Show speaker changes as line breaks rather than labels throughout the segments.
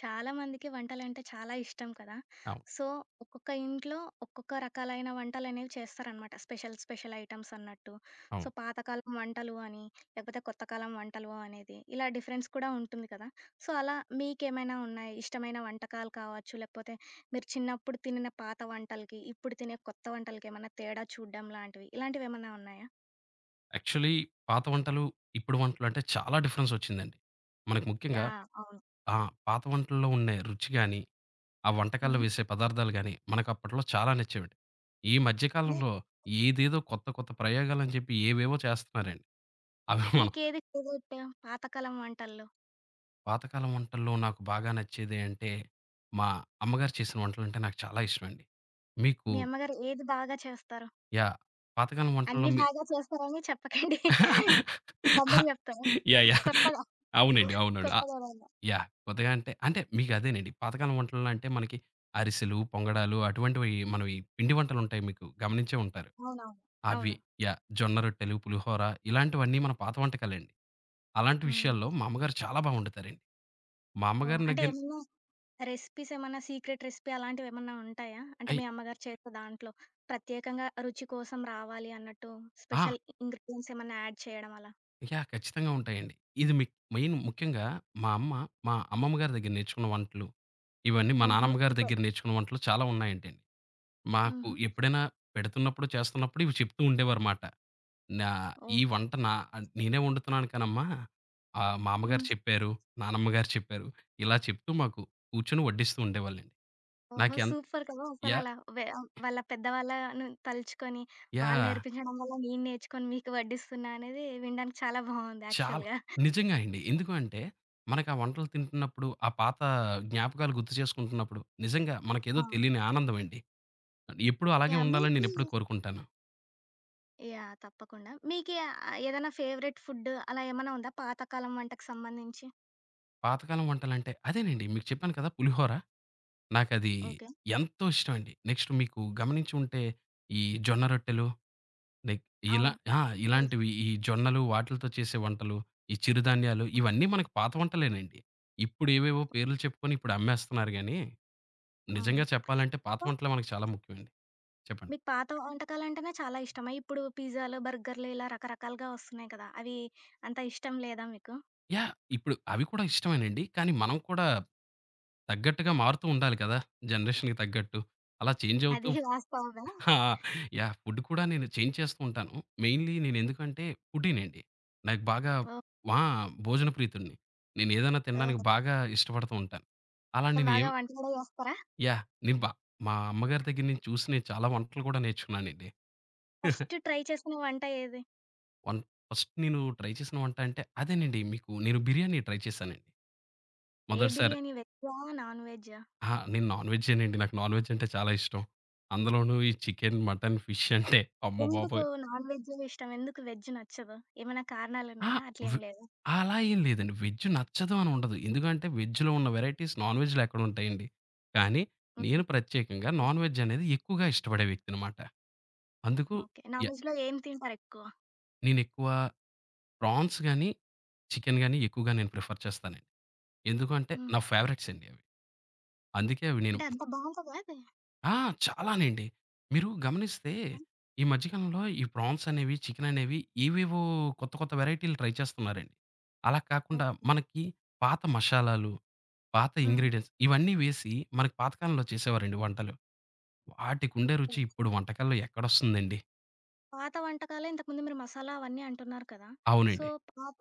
చాలా మందికి వంటలంటే చాలా ఇష్టం కదా!
అవును.
సో, ఒక్కొక్క ఇంట్లో ఒక్కొక్క రకాలైన వంటలనేవి చేస్తారనమాట. స్పెషల్, స్పెషల్ ఐటెమ్స్ అన్నట్టు. సో,
అవును.
పాతకాలం వంటలు అని, లేకపోతే కొత్త కాలం వంటలు అనేది ఇలా డిఫరెన్స్ కూడా ఉంటుంది కదా! సో, అలా మీకేమైనా ఉన్నాయా? ఇష్టమైన వంటకాలు కావచ్చు, లేకపోతే మీరు చిన్నప్పుడు తినిన పాత వంటలకి, ఇప్పుడు తినే కొత్త వంటలకి ఏమన్నా తేడా చూడడం లాంటివి, ఇలాంటివేమన్నా ఉన్నాయా?
యాక్చువల్లీ పాత వంటలు, ఇప్పుడు వంటలు అంటే చాలా డిఫరెన్స్ వచ్చిందండి. మనకు ముఖ్యంగా
యాహ్! అవును.
పాత వంటల్లో ఉండే రుచి గాని, ఆ వంటకాల్లో
హ్మ్.
వేసే పదార్థాలు గాని, మనకు అప్పట్లో చాలా నచ్చేవండి. ఈ మధ్య
మీ
కాలంలో ఏదేదో కొత్త కొత్త ప్రయోగాలని చెప్పి ఏవేవో చేస్తున్నారండి. అవి మనం
మీకేది ఫేవరెట్ పాతకాలం వంటల్లో?
పాతకాలం వంటల్లో నాకు బాగా నచ్చేది అంటే, మా అమ్మగారు చేసిన వంటలంటే నాకు చాలా ఇష్టమండి. మీకు
మీ అమ్మగారు ఏది బాగా చేస్తారు?
యాహ్! పాతకాలం వంటల్లో
అన్నీ
మీ
బాగా చేస్తారని చెప్పకండి. అందరూ జెప్తారు.
యాహ్! యాహ్!
కొత్తగా
అవునండి. అవునండి.
కొత్తగేదైనా.
యాహ్! కొత్తగా అంటే, అంటే మీకదేనండి. పాతకాలం వంటల్లో అంటే మనకి అరిసెలు, పొంగడాలు అటువంటివి మనవి పిండి వంటలుంటాయి మీకు గమనించే ఉంటారు.
అవునవును.
అవి
అవును.
యాహ్! జొన్న రొట్టెలు, పులిహోర ఇలాంటివన్నీ మన పాత వంటకాలండి. అలాంటి
హ్మ్.
విషయాల్లో మా అమ్మగారు చాలా బా వండుతారండి. మా
ఓహ్!
అమ్మగారిని
అంటే
దగ్గర
ఏమన్నా రెసిపీస్ ఏమన్నా సీక్రెట్ రెసిపీ అలాంటివేమన్నా ఉంటాయా? అంటే
అయి
మీ అమ్మగారు చేసే దాంట్లో ప్రత్యేకంగా రుచి కోసం రావాలి అన్నట్టు
ఆ!
స్పెషల్ ఇంగ్రీడియెంట్స్ ఏమన్నా యాడ్ చేయడం అలా?
యాహ్! ఖచ్చితంగా ఉంటాయండి. ఇది మెయిన్ ముఖ్యంగా మా అమ్మ, మా అమ్మమ్మ గారి దగ్గర నేర్చుకున్న వంటలు, ఇవన్నీ మా
ఓహో!
నానమ్మ గారి
సూపర్.
దగ్గర నేర్చుకున్న వంటలు చాలా ఉన్నాయంటండి. మాకు
హుహు.
ఎప్పుడైనా పెడుతున్నప్పుడు, చేస్తున్నప్పుడు ఇవి చెప్తూ ఉండేవారుమాట. నా ఈ
ఓహో!
వంట నా అన్ నేనే వండుతున్నాను కానమ్మా, మా అమ్మగారు
హ్మ్.
చెప్పారు, నానమ్మ గారు చెప్పారు. ఇలా చెప్తూ మాకు కూర్చొని వడ్డిస్తూ ఉండేవాళ్ళండి.
ఓహో!
నాకెం
సూపర్ కదా!
యాహ్!
అసలలా వె వాళ్ళ పెద్దవాళ్ళను తలుచుకొని, వాళ్ళు
యాహ్!
నేర్పించడం వల్ల నేను నేర్చుకొని మీకు వడ్డిస్తున్నా అనేది వినడానికి చాలా బావుంది
చాలా
యాక్చువల్‌గా.
నిజంగా అండి. ఎందుకు అంటే, మనకు ఆ వంటలు తింటున్నప్పుడు, ఆ పాత జ్ఞాపకాలు గుర్తు చేసుకుంటున్నప్పుడు, నిజంగా మనకేదో
అవును.
తెలియని ఆనందం అండి. ఎప్పుడూ అలాగే
యాహ్!
ఉండాలని
మీకీ
నేనెప్పుడూ కోరుకుంటాను.
యాహ్! తప్పకుండా. మీకీ ఏదైనా ఫేవరెట్ ఫుడ్ అలా ఏమన్నా ఉందా? పాతకాలం వంటకు సంబంధించి?
పాతకాలం వంటలంటే అదేనండి మీకు చెప్పాను కదా! పులిహోర. నాకది
ఓకే.
ఎంతో ఇష్టమండి. నెక్స్ట్ మీకు గమనించి ఉంటే, ఈ జొన్న రొట్టెలు లైక్ ఇలా
అవును.
ఆ!
తెలుసు.
ఇలాంటివి ఈ జొన్నలు వాటిలతో చేసే వంటలు, ఈ చిరుధాన్యాలు ఇవన్నీ మనకు పాత వంటలేనండి. ఇప్పుడు ఏవేవో పేర్లు చెప్పుకొని ఇప్పుడు అమ్మేస్తున్నారు గానీ,
ఆహా!
నిజంగా చెప్పాలంటే పాత
సో,
వంటలే మనకు చాలా ముఖ్యమండి. చెప్పండి.
మీకు పాత వంటకాలంటేనే చాలా ఇష్టమా? ఇప్పుడు పిజ్జాలు, బర్గర్‌లు ఇలా రకరకాలుగా వస్తున్నాయి కదా! అవి అంత ఇష్టం లేదా మీకు?
యాహ్! ఇప్పుడు అవి కూడా ఇష్టమేనండి. కానీ మనం కూడా తగ్గట్టుగా మారుతూ ఉండాలి కదా! జనరేషన్‌కి తగ్గట్టు. అలా చేంజ్ అవుతూ
అది వాస్తవమా?
ఆ! యాహ్! ఫుడ్ కూడా నేను చేంజ్ చేస్తూ ఉంటాను. మెయిన్‌లీ నేనెందుకంటే ఫుడ్డీనండి. నాకు బాగా
ఓహ్!
ఆ! భోజన ప్రీతుడిని. నేనేదైనా తినడానికి
ఓహ్!
బాగా ఇష్టపడుతూ ఉంటాను. అలా నేను
బాగా వంట కూడా చేస్తారా?
యాహ్! నేను బా మా అమ్మగారి దగ్గర నుంచి చూసి నేను చాలా వంటలు కూడా నేర్చుకున్నానండి.
ఫస్ట్ ట్రై చేసిన వంట ఏది?
వన్ ఫస్ట్ నేను ట్రై చేసిన వంట అంటే అదేనండి మీకు నేను బిర్యానీ ట్రై చేశానండి.
ఏ
మొదటిసారి
బిర్యానీ వెజ్జా? నాన్ వెజ్జా?
అహా! నేను నాన్ వెజ్జేనండి. నాకు నాన్ వెజ్ అంటే చాలా ఇష్టం. అందులోనూ ఈ చికెన్, మటన్, ఫిష్ అంటే
ఎందుకు
అమ్మబాబోయ్!
నాన్ వెజ్జే ఇష్టం? ఎందుకు వెజ్ నచ్చదు? ఏమైనా
ఆ!
కారణాలున్నాయా?
వ్
అట్లేం లేదా?
అలా ఏం లేదండి. వెజ్ నచ్చదు అని ఉండదు. ఎందుకంటే వెజ్‌లో ఉన్న వెరైటీస్ నాన్ వెజ్‌లో ఎక్కడుంటాయండి. కానీ నేను
హ్మ్.
ప్రత్యేకంగా నాన్ వెజ్ అనేది ఎక్కువగా ఇష్టపడే వ్యక్తినమాట. అందుకు
ఓకే.
య
నాన్ వెజ్‌లో ఏం తింటారెక్కువ?
నేనెక్కువ ప్రాన్స్ గాని, చికెన్ గాని ఎక్కువగా నేను ప్రిఫర్ చేస్తానండి. ఎందుకంటే
హ్మ్.
నా ఫేవరెట్స్ అండి అవి. అందుకే అవి నేను
అంటే అంత బావుంటదా అది?
ఆ! చాలానండి. మీరు గమనిస్తే
ఆ!
ఈ మధ్య కాలంలో ఈ ప్రాన్స్ అనేవి, చికెన్ అనేవి ఏవేవో కొత్త కొత్త వేరైటీలు ట్రై చేస్తున్నారండి. అలా కాకుండా
ఓహ్!
మనకి పాత మషాలాలు, పాత
హ్మ్.
ఇంగ్రీడియెంట్స్ ఇవన్నీ వేసి మనకి పాతకాలంలో చేసేవారండి వంటలు. వాటికుండే రుచి
హ్మ్.
ఇప్పుడు వంటకాల్లో ఎక్కడొస్తుందండి?
పాత వంటకాలే ఇంతకుముందు మీరు మసాలా అవన్నీ అంటున్నారు కదా! సో,
అవునండి.
పాత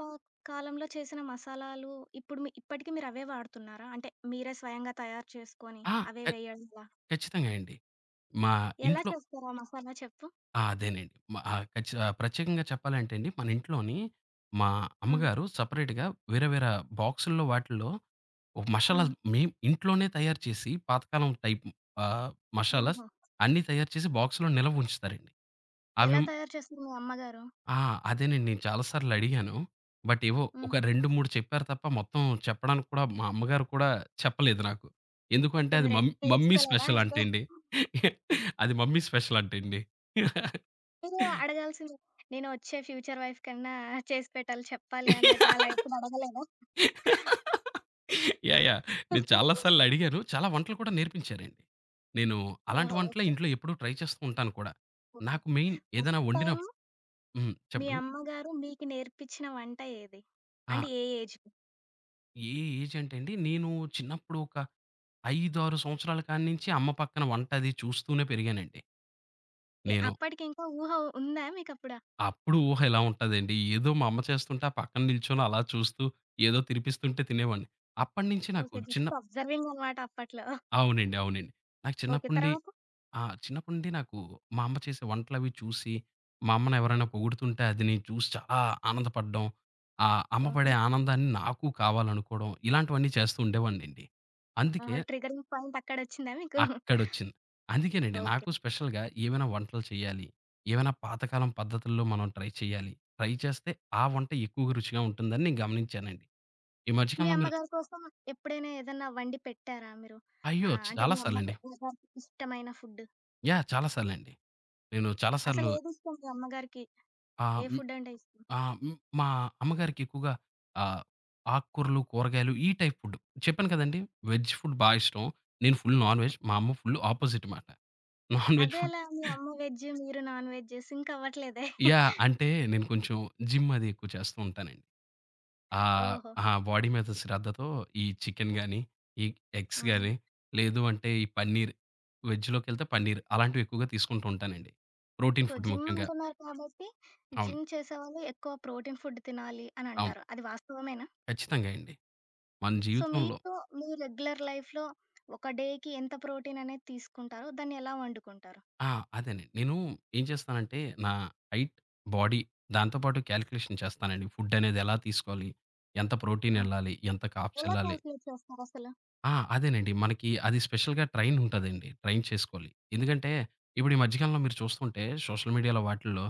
కాలంలో చేసిన మసాలాలు ఇప్పుడు ఇప్పటికి మీరవే వాడుతున్నారా? అంటే మీరే స్వయంగా తయారు చేసుకొని
ఆ!
అవే
క
వేయడం అలా.
ఖచ్చితంగా అండి. మా
ఎలా
ఇంట్లో
చేస్తారు ఆ మసాలా చెప్పు?
ఆ! అదేనండి. మ ఆహ్, ఖచ్చి ఆహ్, ప్రత్యేకంగా చెప్పాలంటే అండి, మన ఇంట్లోని మా
హ్మ్.
అమ్మగారు సెపరేట్‌గా వేరే వేరే బాక్సుల్లో వాటిల్లో ఒక
హ్మ్.
మషాలాలు మేం ఇంట్లోనే తయారు చేసి పాతకాలం టైప్ ఆహ్, మషాలాస్
ఓహో!
అన్నీ తయారు చేసి బాక్స్‌లో నిలవ ఉంచుతారండి. అవి
ఎలా తయారు చేస్తారు మీ అమ్మగారు?
ఆ! అదేనండి నేను చాలా సార్లు అడిగాను. బట్ ఏవో
హ్మ్.
ఒక 2, 3 చెప్పారు తప్ప మొత్తం చెప్పడానికి కూడా మా అమ్మగారు కూడా చెప్పలేదు నాకు. ఎందుకంటే
సో,
అది
మీరెక్కువ
మమ్మీ
నేర్చుకోలేదా
స్పెషల్
అయితే?
అంటండి. అది మమ్మీ స్పెషల్ అంటండి.
మీరు అడగాల్సింది. నేను వచ్చే ఫ్యూచర్ వైఫ్ కన్నా చేసి పెట్టాలి చెప్పాలి అన్నట్టు అలా ఎప్పుడు అడగలేదా?
యాహ్! యాహ్! నేను చాలా సార్లు అడిగాను. చాలా వంటలు కూడా నేర్పించారండి. నేను అలాంటి
ఓహో!
వంటలే
ఓకే.
ఇంట్లో ఎప్పుడూ ట్రై చేస్తూ ఉంటాను కూడా.
ఓకే.
నాకు మెయిన్
ఫస్ట్
ఏదైనా వండిన
టైమ్
హ్మ్.
మీ
చెప్పండి.
అమ్మగారు మీకు నేర్పించిన వంట ఏది?
ఆ!
అంటే ఏ ఏజ్‌కి?
ఏ ఏజ్ అంటే అండి, నేను చిన్నప్పుడు ఒక 5, 6 సంవత్సరాల కాడ్నించి అమ్మ పక్కన వంట అది చూస్తూనే పెరిగానండి నేను.
అప్పటికి ఇంకా ఊహ ఉందా మీకప్పుడు?
అప్పుడు ఊహ ఎలా ఉంటదండి. ఏదో మా అమ్మ చేస్తుంటే ఆ పక్కన నిల్చొని అలా చూస్తూ, ఏదో తినిపిస్తుంటే తినేవాడిని. అప్పటినుంచి నాకు
ఓకే.
చిన్న
జస్ట్ అబ్జర్వింగ్ అనమాట అప్పట్లో.
అవునండి. అవునండి. నాకు
ఓకే.
చిన్నప్పటి నుండి
తర్వాత?
ఆ! చిన్నప్పటి నుండి నాకు మా అమ్మ చేసే వంటలవి చూసి, మా అమ్మని ఎవరైనా పొగుడుతుంటే అది నేను చూసి చాలా ఆనందపడడం, ఆ అమ్మ
ఓహో!
పడే ఆనందాన్ని నాకు కావాలనుకోవడం, ఇలాంటివన్నీ చేస్తూ ఉండేవాడినండి. అందుకే
ఓహో! ట్రిగరింగ్ పాయింట్ అక్కడొచ్చిందా మీకు?
అక్కడొచ్చింది. అందుకేనండి
ఓకే.
నాకు స్పెషల్‌గా ఏమైనా వంటలు చేయాలి, ఏమైనా పాతకాలం పద్ధతుల్లో మనం ట్రై చేయాలి, ట్రై చేస్తే ఆ వంట ఎక్కువగా రుచిగా ఉంటుందని నేను గమనించానండి. ఈ మధ్య
మీ
కాలంలో మీరు
అమ్మగారి కోసం ఎప్పుడైనా ఏదన్నా వండి పెట్టారా మీరు?
అయ్యో!
అంటే
చాలా
మీ అమ్మకు
సార్లండి.
గారికి ఇష్టమైన ఫుడ్.
యాహ్! చాలా సార్లండి. నేను చాలా సార్లు
అసలేదిష్టం మీ అమ్మగారికి?
ఆహ్
ఏ ఫుడ్డంటే ఇష్టం?
ఆ! హ్మ్. మా అమ్మగారికి ఎక్కువగా ఆహ్, ఆక్కూరలు, కూరగాయలు ఈ టైప్ ఫుడ్. చెప్పాను కదండీ! వెజ్ ఫుడ్ బా ఇష్టం. నేను ఫుల్ నాన్ వెజ్. మా అమ్మ ఫుల్ ఆపోజిట్ మాట. నాన్ వెజ్ ఫుడ్
అదెలా మీ అమ్మ వెజ్, మీరు నాన్ వెజ్ సింక్ అవ్వట్లేదే?
యాహ్! అంటే నేను కొంచెం జిమ్ అది ఎక్కువ చేస్తూ ఉంటానండి. ఆహ్,
ఓహో!
ఆ బాడీ మీద శ్రద్ధతో ఈ చికెన్ గాని, ఈ ఎగ్స్
ఆహా!
గాని, లేదు అంటే ఈ పన్నీర్ వెజ్‌లోకెళ్తే పన్నీర్ అలాంటివి ఎక్కువగా తీసుకుంటూ ఉంటానండి. ప్రోటీన్
సో,
ఫుడ్
జిమ్
ముఖ్యంగా.
అంటున్నారు కాబట్టి,
అవును.
జిమ్ చేసేవాళ్ళు ఎక్కువ ప్రోటీన్ ఫుడ్ తినాలి అని
అవును.
అంటారు. అది వాస్తవమేనా?
ఖచ్చితంగా అండి. మన
సో,
జీవితంలో
మీకు మీ రెగ్యులర్ లైఫ్‌లో ఒక డేకి ఎంత ప్రోటీన్ అనేది తీసుకుంటారు? దాన్ని ఎలా వండుకుంటారు?
ఆ! అదేనండి. నేను ఏం చేస్తానంటే, నా హైట్, బాడీ దాంతో పాటు కాలిక్యులేషన్ చేస్తానండి. ఫుడ్ అనేది ఎలా తీసుకోవాలి? ఎంత ప్రోటీన్
ఆ!
ఎళ్ళాలి? ఎంత కార్బ్స్
ఎలా
ఎళ్ళాలి?
కాలిక్యులేట్ చేస్తారసలు?
ఆ! అదేనండి. మనకి అది స్పెషల్‌గా ట్రైన్ ఉంటదండి. ట్రైన్ చేసుకోవాలి. ఎందుకంటే, ఇప్పుడు ఈ మధ్య కాలంలో మీరు చూస్తుంటే సోషల్ మీడియాలో వాటిల్లో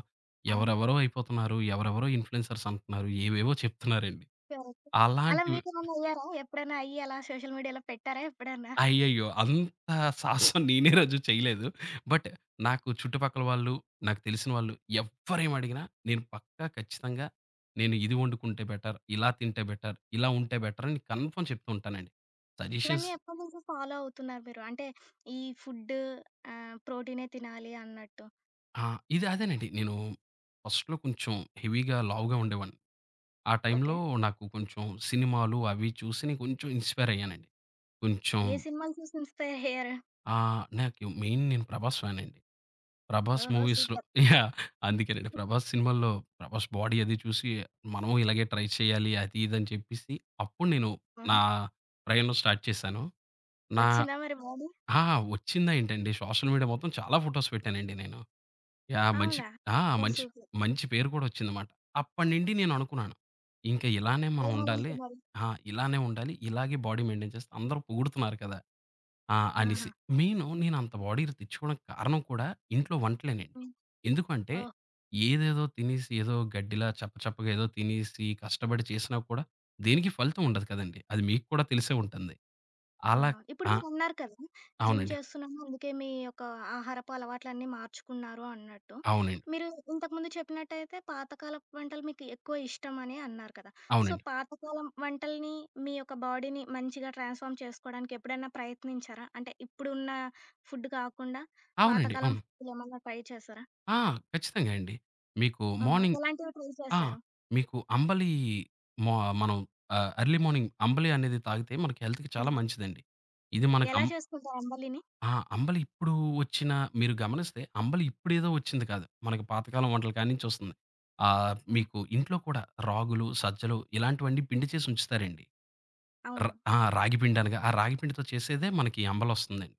అవును.
ఎవరెవరో అయిపోతున్నారు. ఎవరెవరో ఇన్‌ఫ్లూయెన్సర్స్ అంటున్నారు. ఏవేవో చెప్తున్నారండి.
కరెక్ట్. అలా
అలాంటివి
మీరేమన్నా అయ్యారా? ఎప్పుడైనా అయ్యి అలా సోషల్ మీడియాలో పెట్టారా ఎప్పుడన్నా?
అయ్యయ్యో! అంత సాహసం నేనే రోజు చేయలేదు. బట్ నాకు చుట్టుపక్కల వాళ్ళు, నాకు తెలిసిన వాళ్ళు ఎవ్వరేం అడిగినా నేను పక్కా ఖచ్చితంగా నేను ఇది వండుకుంటే బెటర్, ఇలా తింటే బెటర్, ఇలా ఉంటే బెటర్ అని కన్ఫర్మ్ చెప్తూ ఉంటానండి.
ఇవన్నీ
సజెషన్స్
ఎప్పటి నుంచి ఫాలో అవుతున్నారు మీరు? అంటే ఈ ఫుడ్ ప్రోటీనే తినాలి అన్నట్టు.
ఆ! ఇది అదేనండి. నేను ఫస్ట్‌లో కొంచెం హెవీగా లావుగా ఉండేవాడిని. ఆ
ఓకే.
టైంలో నాకు కొంచెం సినిమాలు అవి చూసి నేను కొంచెం ఇన్‌స్పైర్ అయ్యానండి. కొంచెం
ఏ సినిమాలు చూసి ఇన్‌స్పైర్ అయ్యారు?
నాకు మెయిన్ నేను 'ప్రభాస్' ఫ్యానండి. 'ప్రభాస్'
ఓహో!
మూవీస్‌లో
సూపర్.
యాహ్! అందుకేనండి. 'ప్రభాస్' సినిమాల్లో 'ప్రభాస్' బాడీ అది చూసి మనము ఇలాగే ట్రై చేయాలి అది ఇది అని చెప్పేసి అప్పుడు నేను
ఆహా!
నా ప్రయాణం స్టార్ట్ చేశాను. నా
వచ్చిందా మరి బాడీ?
ఆ! వచ్చిందా ఏంటండి సోషల్ మీడియా మొత్తం చాలా ఫోటోస్ పెట్టానండి నేను. యాహ్! మంచి
అవునా!
ఆ!
సూపర్.
మంచి
సూపర్.
మంచి పేరు కూడా వచ్చిందన్నమాట. అప్పటినుండి నేను అనుకున్నాను. ఇంకా ఇలానే మనం ఉండాలి.
ఏమనుకున్నారు?
ఆ! ఇలానే ఉండాలి. ఇలాగే బాడీ మెయింటైన్ చేస్తే అందరూ పొగుడుతున్నారు కదా! ఆ!
ఆహా!
అనేసి. మెయిను నేనంత బాడీ తెచ్చుకోవడానికి కారణం కూడా ఇంట్లో వంటలేనండి.
హ్మ్.
ఎందుకంటే,
ఓహ్!
ఏదేదో తినేసి, ఏదో గడ్డిలా చప్పచప్పగా ఏదో తినేసి, కష్టపడి చేసినా కూడా దేనికి ఫలితం ఉండదు కదండీ! అది మీకు కూడా తెలిసే ఉంటుంది. అలా
అవునవును. ఇప్పుడు
ఆ!
మీరన్నారు కదా! జిమ్
అవునండి.
చేస్తున్నాను అందుకే మీ యొక్క ఆహారపు అలవాట్లన్నీ మార్చుకున్నారు అన్నట్టు.
అవునండి.
మీరు ఇంతకుముందు చెప్పినట్టయితే పాతకాలపు వంటలు మీకు ఎక్కువ ఇష్టమని అన్నారు కదా! సో,
అవునండి.
పాతకాలం వంటల్ని మీ యొక్క బాడీని మంచిగా ట్రాన్స్‌ఫార్మ్ చేసుకోవడానికి ఎప్పుడైనా ప్రయత్నించారా? అంటే ఇప్పుడున్న ఫుడ్ కాకుండా
అవునండి.
పాతకాలం
అవును.
ఫుడ్‌లేమన్నా ట్రై చేశారా?
ఆ! ఖచ్చితంగా అండి. మీకు
ఓహో!
మార్నింగ్
ఎలాంటివి ట్రై
ఆ!
చేశారు?
మీకు అంబలి మొ మనం ఎర్లీ మార్నింగ్ అంబలి అనేది తాగితే మనకి హెల్త్‌కి చాలా
అవునా?
మంచిదండి. ఇది మనకు
ఎలా
అం
చేసుకుంటారు అంబలిని?
ఆ! అంబలి ఇప్పుడు వచ్చిన మీరు గమనిస్తే అంబలి ఇప్పుడేదో వచ్చింది కాదు. మనకి పాతకాలం వంటల కాడ్నుంచి వస్తుంది.
హ్మ్.
మీకు ఇంట్లో కూడా రాగులు, సజ్జలు ఇలాంటివన్నీ పిండి చేసి ఉంచుతారండి. ర
అవును.
ఆ! రాగి పిండి అనగా ఆ రాగి పిండితో చేసేదే మనకి అంబలొస్తుందండి.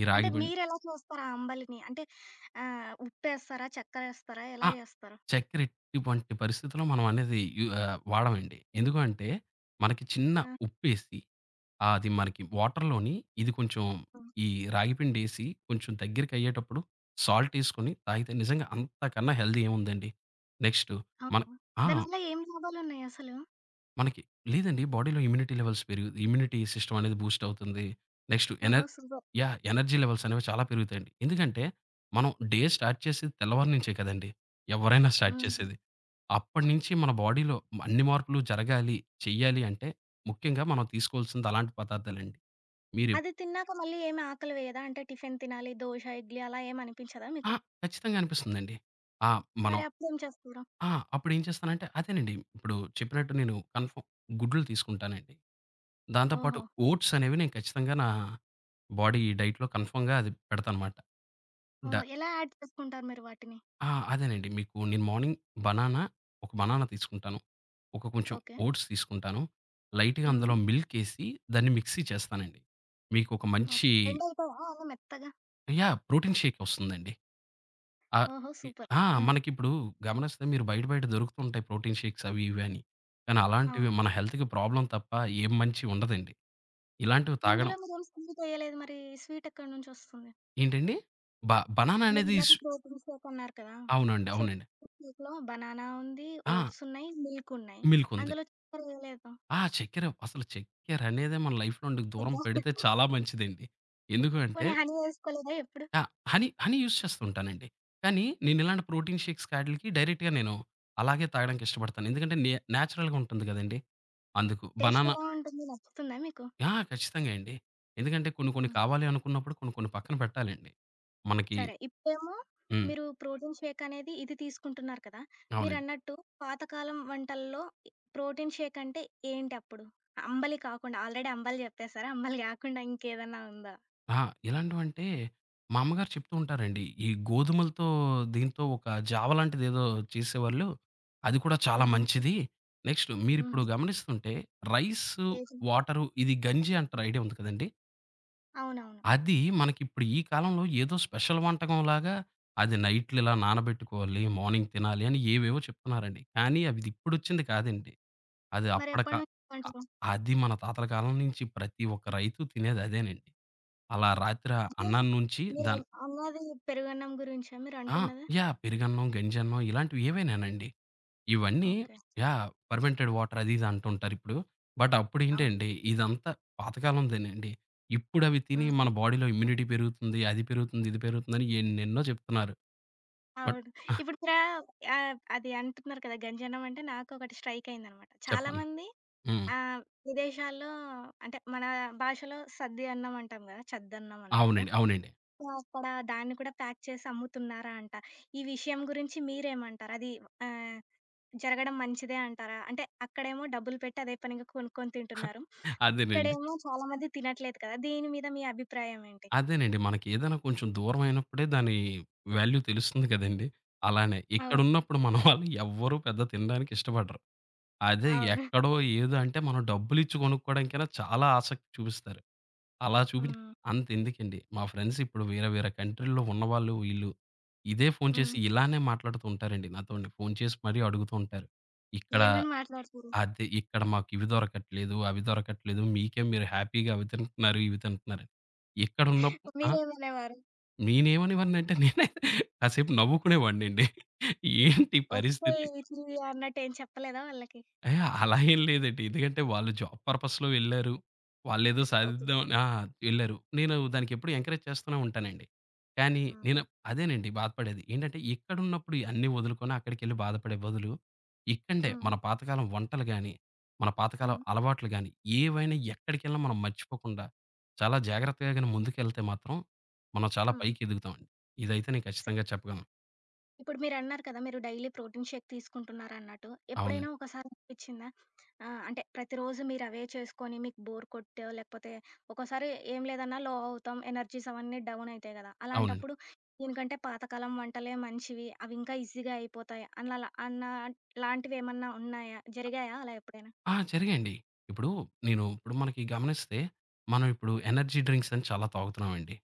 ఈ
అంటే
రాగి పిండి
మీరెలా చేస్తారు ఆ అంబలిని? అంటే ఉప్పేస్తారా? చక్కెరేస్తారా?
ఆ!
ఎలా చేస్తారు?
చక్కెర ఎటువంటి పరిస్థితిలో మనం అనేది వాడమండి. ఎందుకు అంటే మనకి చిన్న
ఆ!
ఉప్పేసి ఆ! అది మనకి వాటర్‌లోని ఇది కొంచెం
హ్మ్.
ఈ రాగి పిండేసి కొంచెం దగ్గరికయ్యేటప్పుడు సాల్టేసుకొని తాగితే నిజంగా అంతకన్నా హెల్తీ ఏముందండి. నెక్స్టు మన
అవునా?
ఆ!
దానివల్ల ఏం లాభాలున్నాయసలు?
మనకి లేదండి బాడీలో ఇమ్యూనిటీ లెవెల్స్ పెరుగు ఇమ్యూనిటీ సిస్టమ్ అనేది బూస్ట్ అవుతుంది. నెక్స్ట్
ఓహో!
ఎనర్
సూపర్.
యాహ్! ఎనర్జీ లెవెల్స్ అనేవి చాలా పెరుగుతాయండి. ఎందుకంటే మనం డే స్టార్ట్ చేసేది తెల్లవారి నుంచే కదండీ! ఎవరైనా స్టార్ట్
హ్మ్.
చేసేది. అప్పటినుంచి మన బాడీలో అన్ని మార్పులు జరగాలి, చెయ్యాలి అంటే ముఖ్యంగా మనం తీసుకోవాల్సింది అలాంటి పదార్థాలండి. మీరు
అది తిన్నాక మళ్ళీ ఏమి ఆకలి వేయదా? అంటే టిఫిన్ తినాలి, దోస, ఇడ్లీ అలా ఏమి అనిపించదా
ఆ!
మీకు?
ఖచ్చితంగా అనిపిస్తుందండి. ఆ! మనం
మరి అప్పుడేం చేస్తారు?
ఆ! అప్పుడేం చేస్తానంటే అదేనండి. ఇప్పుడు చెప్పినట్టు నేను కన్ఫర్మ్ గుడ్లు తీసుకుంటానండి. దాంతో పాటు
ఓహో!
ఓట్స్ అనేవి నేను ఖచ్చితంగా నా బాడీ డైట్‌లో కన్ఫర్మ్‌గా అది పెడతానమాట. డ
ఓహ్! ఎలా యాడ్ చేసుకుంటారు మీరు వాటిని?
ఆ! అదేనండి. మీకు నేను మార్నింగ్ బనానా, ఒక బనానా తీసుకుంటాను. ఒక కొంచెం
ఓకే.
ఓట్స్ తీసుకుంటాను. లైట్‌గా
హ్మ్.
అందులో మిల్క్ ఏసి దాన్ని మిక్సీ చేస్తానండి. మీకు ఒక మంచి
ఓకే. బెండ్ అయితదా అవి మెత్తగా?
యాహ్! ప్రోటీన్ షేక్ వస్తుందండి. ఆ!
ఓహో!
ఇ
సూపర్.
ఆ!
ఆ!
మనకిప్పుడు గమనిస్తే మీరు బయట బయట దొరుకుతుంటాయి ప్రోటీన్ షేక్స్ అవి ఇవి అని. కానీ అలాంటివి మన
అవునవును.
హెల్త్‌కి ప్రాబ్లమ్ తప్ప ఏం మంచి ఉండదండి. ఇలాంటివి తాగడం
ఇందులో మీరేం స్వీటెయ్యలేదు మరి స్వీటెక్కడి నుంచొస్తుంది?
ఏంటండి? బ బనానా అనేది స్
మీరిందాక ప్రోటీన్ షేక్ అన్నారు కదా!
అవునండి.
సో,
అవునండి.
ప్రోటీన్ షేక్‌లో బనానా ఉంది,
ఆ!
ఓట్స్ ఉన్నాయి, మిల్క్ ఉన్నాయి.
మిల్క్ ఉంది.
అందులో చక్కెర వేయలేదు.
ఆ! చక్కెర అనేదే మన లైఫ్‌లో నుండి దూరం
కదా!
పెడితే చాలా మంచిదండి. ఎందుకు అంటే
పోనీ హనీ వేసుకోలేదా ఎప్పుడు?
ఆ! హనీ యూజ్ చేస్తూ ఉంటానండి. కానీ నేను ఇలాంటి ప్రోటీన్ షేక్స్ ఆటిలకి డైరెక్ట్‌గా నేను అలాగే తాగడానికి ఇష్టపడతాను. ఎందుకంటే నే నేచురల్‌గా ఉంటుంది కదండీ! అందుకు
టేస్ట్
బనానా
ఎలా ఉంటుంది? నచ్చుతుందా మీకు?
ఆ! ఖచ్చితంగా అండి. ఎందుకంటే కొన్ని కొన్ని
హ్మ్.
కావాలి అనుకున్నప్పుడు కొన్ని కొన్ని పక్కన పెట్టాలండి. మనకి
సరే. ఇప్పుడేమో
హ్మ్.
మీరు ప్రోటీన్ షేక్ అనేది ఇది తీసుకుంటున్నారు కదా!
అవునండి.
మీరన్నట్టు పాతకాలం వంటల్లో ఇ ప్రోటీన్ షేక్ అంటే ఏంటి అప్పుడు? అంబలి కాకుండా ఆల్రెడీ అంబలి చెప్పేసారు. అంబలి కాకుండా ఇంకేదన్నా ఉందా?
ఆ! ఎలాంటివంటే మా అమ్మగారు చెప్తూ ఉంటారండి. ఈ గోధుమలతో దీంతో ఒక జావ లాంటిదేదో చేసేవాళ్ళు. అది కూడా చాలా
ఆహా! ఓకే.
మంచిది. నెక్స్ట్ మీరిప్పుడు
హుహు.
గమనిస్తుంటే రైసు,
ఏది?
వాటరు ఇది గంజి అంటారు ఐడియా ఉంది కదండీ!
అవునవును.
అది మనకిప్పుడు ఈ కాలంలో ఏదో స్పెషల్ వంటకంలాగా అది నైట్లు ఇలా నానబెట్టుకోవాలి, మార్నింగ్ తినాలి అని ఏవేవో చెప్తున్నారండి. కానీ అవిది ఇప్పుడొచ్చింది కాదండి. అది అప్పడక
మరెప్పటి
అ
నుంచి
అది మన తాతల కాలం నుంచి ప్రతి ఒక్క రైతు తినేది అదేనండి. అలా రాత్రి ఆ
అదే
అన్నం నుంచి దాన్
అన్నది పెరుగన్నం గురించా
ఆ!
మీరంటున్నది?
యాహ్! పెరుగన్నం, గంజన్నం ఇలాంటివి ఏవైనానండి. ఇవన్నీ
ఓకే.
యాహ్! ఫెర్మెంటెడ్ వాటర్ అది ఇది అంటుంటారిప్పుడు. బట్
అవును.
అప్పుడేంటండి ఇదంతా పాతకాలందేనండి. ఇప్పుడవి తిని
హ్మ్.
మన బాడీలో ఇమ్యూనిటీ పెరుగుతుంది, అది పెరుగుతుంది, ఇది పెరుగుతుందని ఎన్నెన్నో చెప్తున్నారు. బట్
అవును.
ఆహ్,
ఇప్పుడు ఇక్కడ అది అంటున్నారు కదా! గంజన్నం అంటే నాకొకటి స్ట్రైక్ అయిందనమాట.
చెప్పండి.
చాలామంది
హ్మ్.
ఆహ్, విదేశాల్లో అంటే మన భాషలో సద్ది అన్నం అంటాం కదా! చద్దన్నం అన్నట్టు.
అవునండి. అవునండి.
సో, అక్కడ దాన్ని కూడా ప్యాక్ చేసి అమ్ముతున్నారా అంట. ఈ విషయం గురించి మీరేమంటారు? అది ఆహ్, జరగడం మంచిదే అంటారా? అంటే అక్కడేమో డబ్బులు పెట్టి అదే పనిగా కొనుక్కొని తింటున్నారు.
అదేనండి.
ఇక్కడేమో చాలా మంది తినట్లేదు కదా! దీని మీద మీ అభిప్రాయం ఏంటి?
అదేనండి. మనకేదైనా కొంచెం దూరమైనప్పుడే దాని వాల్యూ తెలుస్తుంది కదండీ! అలానే
అవును.
ఇక్కడున్నప్పుడు మన వాళ్ళు ఎవ్వరూ పెద్ద తినడానికి ఇష్టపడరు. అదే
అవును.
ఎక్కడో ఏదో అంటే మనం డబ్బులిచ్చి కొనుక్కోవడానికైనా చాలా ఆసక్తి చూపిస్తారు. అలా చూపించి
హ్మ్.
అంతెందుకండి. మా ఫ్రెండ్స్ ఇప్పుడు వేరే వేరే కంట్రీ‌ల్లో ఉన్నవాళ్ళు వీళ్ళు ఇదే ఫోను
హ్మ్.
చేసి ఇలానే మాట్లాడుతూ ఉంటారండి నాతోని. ఫోను చేసి మరీ అడుగుతూ ఉంటారు. ఇక్కడ
ఏమని మాట్లాడుతారు?
అది ఇక్కడ మాకు ఇవి దొరకట్లేదు, అవి దొరకట్లేదు. మీకే మీరు హ్యాపీగా అవి తింటున్నారు, ఇవి తింటున్నారు. ఇక్కడున్నప్పుడు ఆ!
మీరేమనేవారు?
నేనేమనేవాడినంటే నేనే కాసేపు నవ్వుకునేవాడినండి. ఏంటి ఈ పరిస్థితి?
ఒచ్చేయి తియ్యి అన్నట్టేం చెప్పలేదా వాళ్ళకి?
ఏహ్! అలా ఏం లేదండి. ఎందుకంటే వాళ్ళు జాబ్ పర్పస్‌లో వెళ్లారు. వాళ్ళేదో
ఓకే.
సాధిద్దాం అని, ఆ! వెళ్లారు. నేను దానికెప్పుడు ఎంకరేజ్ చేస్తూనే ఉంటానండి. కానీ
ఆహా!
నేను అదేనండి బాధపడేది. ఏంటంటే ఇక్కడున్నప్పుడు ఇయన్నీ వదులుకొని అక్కడికెళ్లి బాధపడే బదులు, ఇక్కడే
హ్మ్.
మన పాతకాలం వంటలు గాని, మన పాతకాలం
హ్మ్.
అలవాట్లు గాని, ఏవైనా ఎక్కడికెళ్ళినా మనం మర్చిపోకుండా, చాలా జాగ్రత్తగా గాని ముందుకెళ్తే మాత్రం, మనం చాలా
హ్మ్.
పైకి ఎదుగుతామండి. ఇదైతే నేను ఖచ్చితంగా చెప్పగలను.
ఇప్పుడు మీరన్నారు కదా! మీరు డైలీ ప్రోటీన్ షేక్ తీసుకుంటున్నారన్నట్టు. ఎప్పుడైనా
అవునండి.
ఒకసారి అనిపిచ్చిందా? అంటే ప్రతిరోజు మీరవే చేసుకొని మీకు బోర్ కొట్టో, లేకపోతే ఒక్కోసారి ఏం లేదన్నా లో అవుతాం. ఎనర్జీస్ అవన్నీ డౌన్ అయితాయి గదా!
అవునండి.
అలాంటప్పుడు దీనికంటే పాతకాలం వంటలే మంచివి. అవి ఇంకా ఈజీగా అయిపోతాయి. అన్నలా అన్న లాంటివేమన్నా ఉన్నాయా? జరిగాయా అలా ఎప్పుడైనా?
ఆ! జరిగాయండి. ఇప్పుడు నేను ఇప్పుడు మనకి గమనిస్తే, మనం ఇప్పుడు ఎనర్జీ డ్రింక్స్ అని చాలా తాగుతున్నామండి.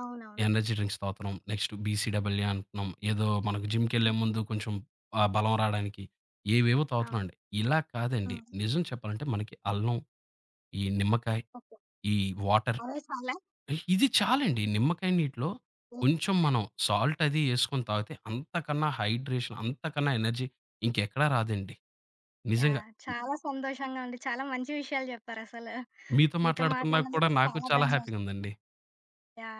అవునవును.
ఎనర్జీ డ్రింక్స్ తాగుతున్నాం. నెక్స్ట్ బీసీడబ్ల్యూ అంటున్నాం. ఏదో మనకు జిమ్‌కెళ్ళే ముందు కొంచెం బలం రాడానికి ఏవేవో
అవును.
తాగుతున్నామండి. ఇలా కాదండి.
హ్మ్.
నిజం చెప్పాలంటే మనకి అల్లం, ఈ నిమ్మకాయ,
ఓకే.
ఈ వాటర్
అవే చాలా
ఇది చాలండి. నిమ్మకాయ నీటిలో కొంచెం మనం సాల్ట్ అది యేసుకొని తాగితే అంతకన్నా హైడ్రేషన్, అంతకన్నా ఎనర్జీ ఇంకెక్కడా రాదండి. నిజంగా.
యాహ్! చాలా సంతోషంగా ఉంది. చాలా మంచి విషయాలు జెప్పారసలు.
మీతో
మీతో
మాట్లాడుతున్నా
మాట్లాడినందుకు
కూడా నాకు
చాలా
చాలా
ధన్యవాదాలు.
హ్యాపీగా ఉందండి.
యాహ్!